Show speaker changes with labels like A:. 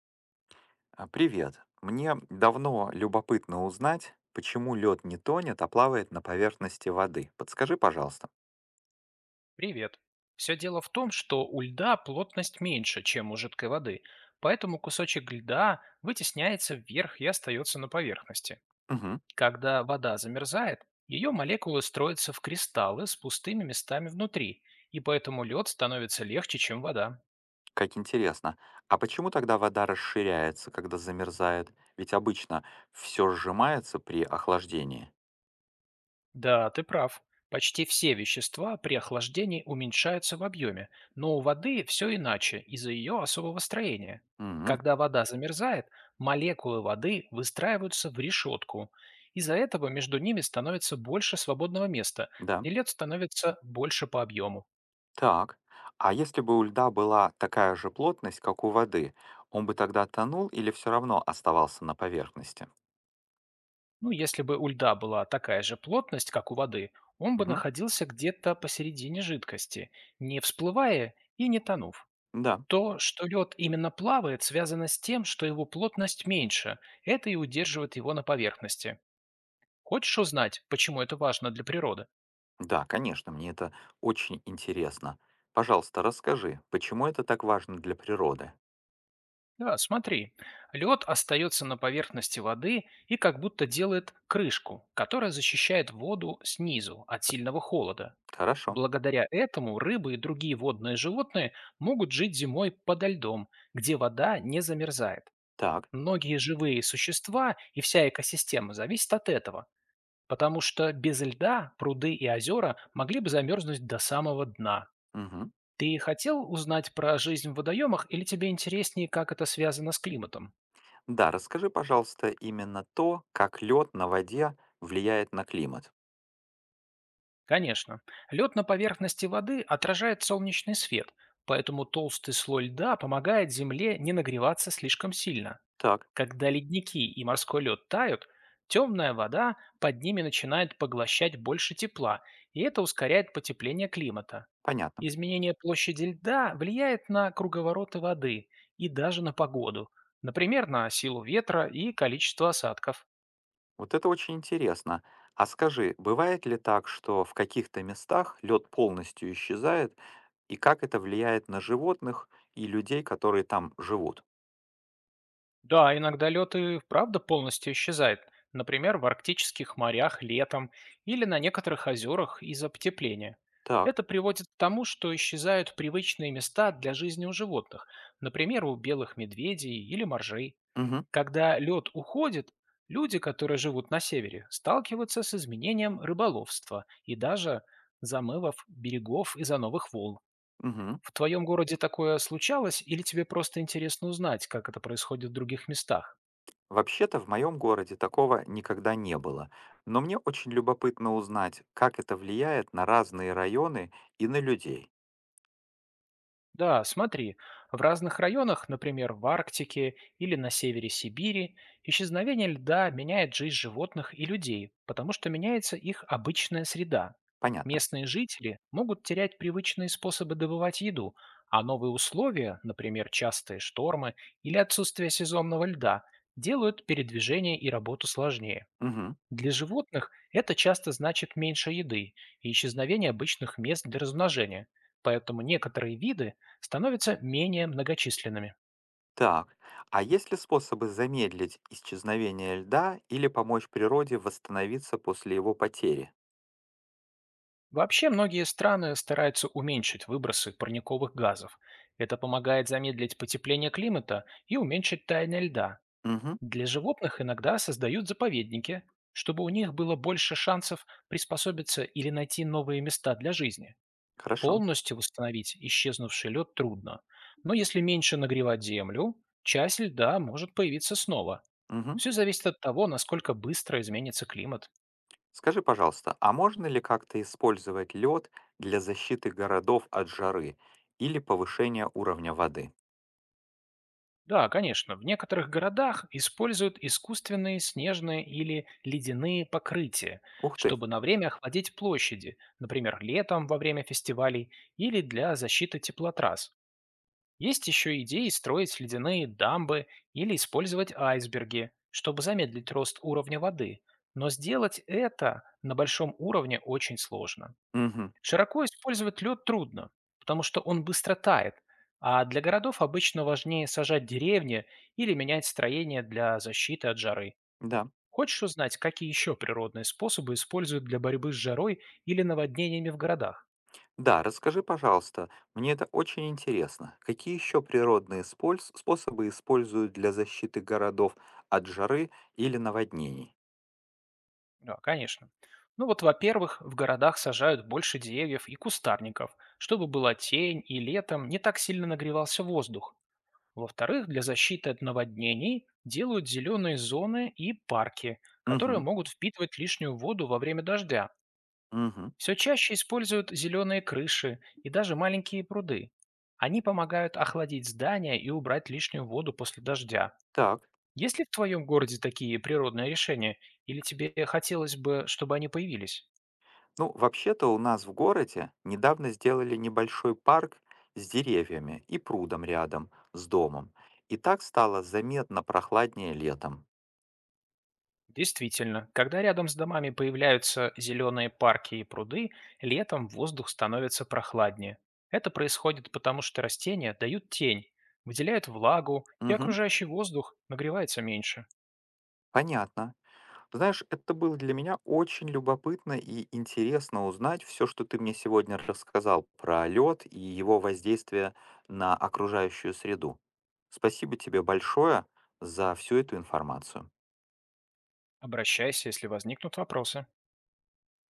A: Привет. Мне давно любопытно узнать, почему лед не тонет, а плавает на поверхности воды. Подскажи, пожалуйста.
B: Привет. Все дело в том, что у льда плотность меньше, чем у жидкой воды, поэтому кусочек льда вытесняется вверх и остается на поверхности.
A: Мгм.
B: Когда вода замерзает, ее молекулы строятся в кристаллы с пустыми местами внутри, и поэтому лед становится легче, чем вода.
A: Как интересно. А почему тогда вода расширяется, когда замерзает? Ведь обычно все сжимается при охлаждении.
B: Да, ты прав. Почти все вещества при охлаждении уменьшаются в объеме, но у воды все иначе из-за ее особого строения.
A: Мгм.
B: Когда вода замерзает, молекулы воды выстраиваются в решетку. Из-за этого между ними становится больше свободного места,
A: Да.
B: и лед становится больше по объему.
A: Так. А если бы у льда была такая же плотность, как у воды, он бы тогда тонул или все равно оставался на поверхности?
B: Ну, если бы у льда была такая же плотность, как у воды, он бы
A: Мгм.
B: находился где-то посередине жидкости, не всплывая и не тонув.
A: Да.
B: То, что лед именно плавает, связано с тем, что его плотность меньше. Это и удерживает его на поверхности. Хочешь узнать, почему это важно для природы?
A: Да, конечно, мне это очень интересно. Пожалуйста, расскажи, почему это так важно для природы?
B: Да, смотри. Лед остается на поверхности воды и как будто делает крышку, которая защищает воду снизу от сильного холода.
A: Хорошо.
B: Благодаря этому рыбы и другие водные животные могут жить зимой подо льдом, где вода не замерзает.
A: Так.
B: Многие живые существа и вся экосистема зависят от этого. Потому что без льда пруды и озера могли бы замерзнуть до самого дна.
A: Мгм.
B: Ты хотел узнать про жизнь в водоемах или тебе интереснее, как это связано с климатом?
A: Да, расскажи, пожалуйста, именно то, как лед на воде влияет на климат.
B: Конечно. Лед на поверхности воды отражает солнечный свет, поэтому толстый слой льда помогает Земле не нагреваться слишком сильно.
A: Так,
B: Когда ледники и морской лед тают, темная вода под ними начинает поглощать больше тепла, и это ускоряет потепление климата.
A: понятно.
B: Изменение площади льда влияет на круговороты воды и даже на погоду, например, на силу ветра и количество осадков.
A: Вот это очень интересно. А скажи, бывает ли так, что в каких-то местах лед полностью исчезает, и как это влияет на животных и людей, которые там живут?
B: Да, иногда лед и правда полностью исчезает, например, в арктических морях летом или на некоторых озерах из-за потепления.
A: Так.
B: Это приводит к тому, что исчезают привычные места для жизни у животных, например, у белых медведей или моржей. Когда лед уходит, люди, которые живут на севере, сталкиваются с изменением рыболовства и даже замывов берегов из-за новых волн.
A: Угу.
B: В твоем городе такое случалось или тебе просто интересно узнать, как это происходит в других местах?
A: Вообще-то в моем городе такого никогда не было, но мне очень любопытно узнать, как это влияет на разные районы и на людей.
B: Да, смотри, в разных районах, например, в Арктике или на севере Сибири, исчезновение льда меняет жизнь животных и людей, потому что меняется их обычная среда.
A: Понятно.
B: Местные жители могут терять привычные способы добывать еду, а новые условия, например, частые штормы или отсутствие сезонного льда, делают передвижение и работу сложнее.
A: Мгм.
B: Для животных это часто значит меньше еды и исчезновение обычных мест для размножения, поэтому некоторые виды становятся менее многочисленными.
A: Так, а есть ли способы замедлить исчезновение льда или помочь природе восстановиться после его потери?
B: Вообще многие страны стараются уменьшить выбросы парниковых газов. Это помогает замедлить потепление климата и уменьшить таяние льда.
A: Угу.
B: Для животных иногда создают заповедники, чтобы у них было больше шансов приспособиться или найти новые места для жизни.
A: Хорошо.
B: Полностью восстановить исчезнувший лед трудно, но если меньше нагревать землю, часть льда может появиться снова.
A: Мгм.
B: Все зависит от того, насколько быстро изменится климат.
A: Скажи, пожалуйста, а можно ли как-то использовать лед для защиты городов от жары или повышения уровня воды?
B: Да, конечно, в некоторых городах используют искусственные снежные или ледяные покрытия,
A: Ух ты.
B: чтобы на время охладить площади, например, летом во время фестивалей или для защиты теплотрасс. Есть еще идеи строить ледяные дамбы или использовать айсберги, чтобы замедлить рост уровня воды, но сделать это на большом уровне очень сложно.
A: Угу.
B: Широко использовать лед трудно, потому что он быстро тает, а для городов обычно важнее сажать деревни или менять строение для защиты от жары.
A: Да.
B: Хочешь узнать, какие еще природные способы используют для борьбы с жарой или наводнениями в городах?
A: Да, расскажи, пожалуйста, мне это очень интересно. Какие еще природные способы используют для защиты городов от жары или наводнений?
B: Да, конечно. Ну вот, во-первых, в городах сажают больше деревьев и кустарников, чтобы была тень и летом не так сильно нагревался воздух. Во-вторых, для защиты от наводнений делают зеленые зоны и парки, которые
A: Угу,
B: могут впитывать лишнюю воду во время дождя.
A: угу.
B: Все чаще используют зеленые крыши и даже маленькие пруды. Они помогают охладить здания и убрать лишнюю воду после дождя.
A: Так,
B: Есть ли в твоем городе такие природные решения, или тебе хотелось бы, чтобы они появились?
A: ну вообще-то у нас в городе недавно сделали небольшой парк с деревьями и прудом рядом с домом. И так стало заметно прохладнее летом.
B: Действительно, когда рядом с домами появляются зеленые парки и пруды, летом воздух становится прохладнее. Это происходит потому, что растения дают тень, выделяют влагу, и
A: Угу,
B: окружающий воздух нагревается меньше.
A: понятно. Ты знаешь, это было для меня очень любопытно и интересно узнать все, что ты мне сегодня рассказал про лед и его воздействие на окружающую среду. Спасибо тебе большое за всю эту информацию.
B: Обращайся, если возникнут вопросы.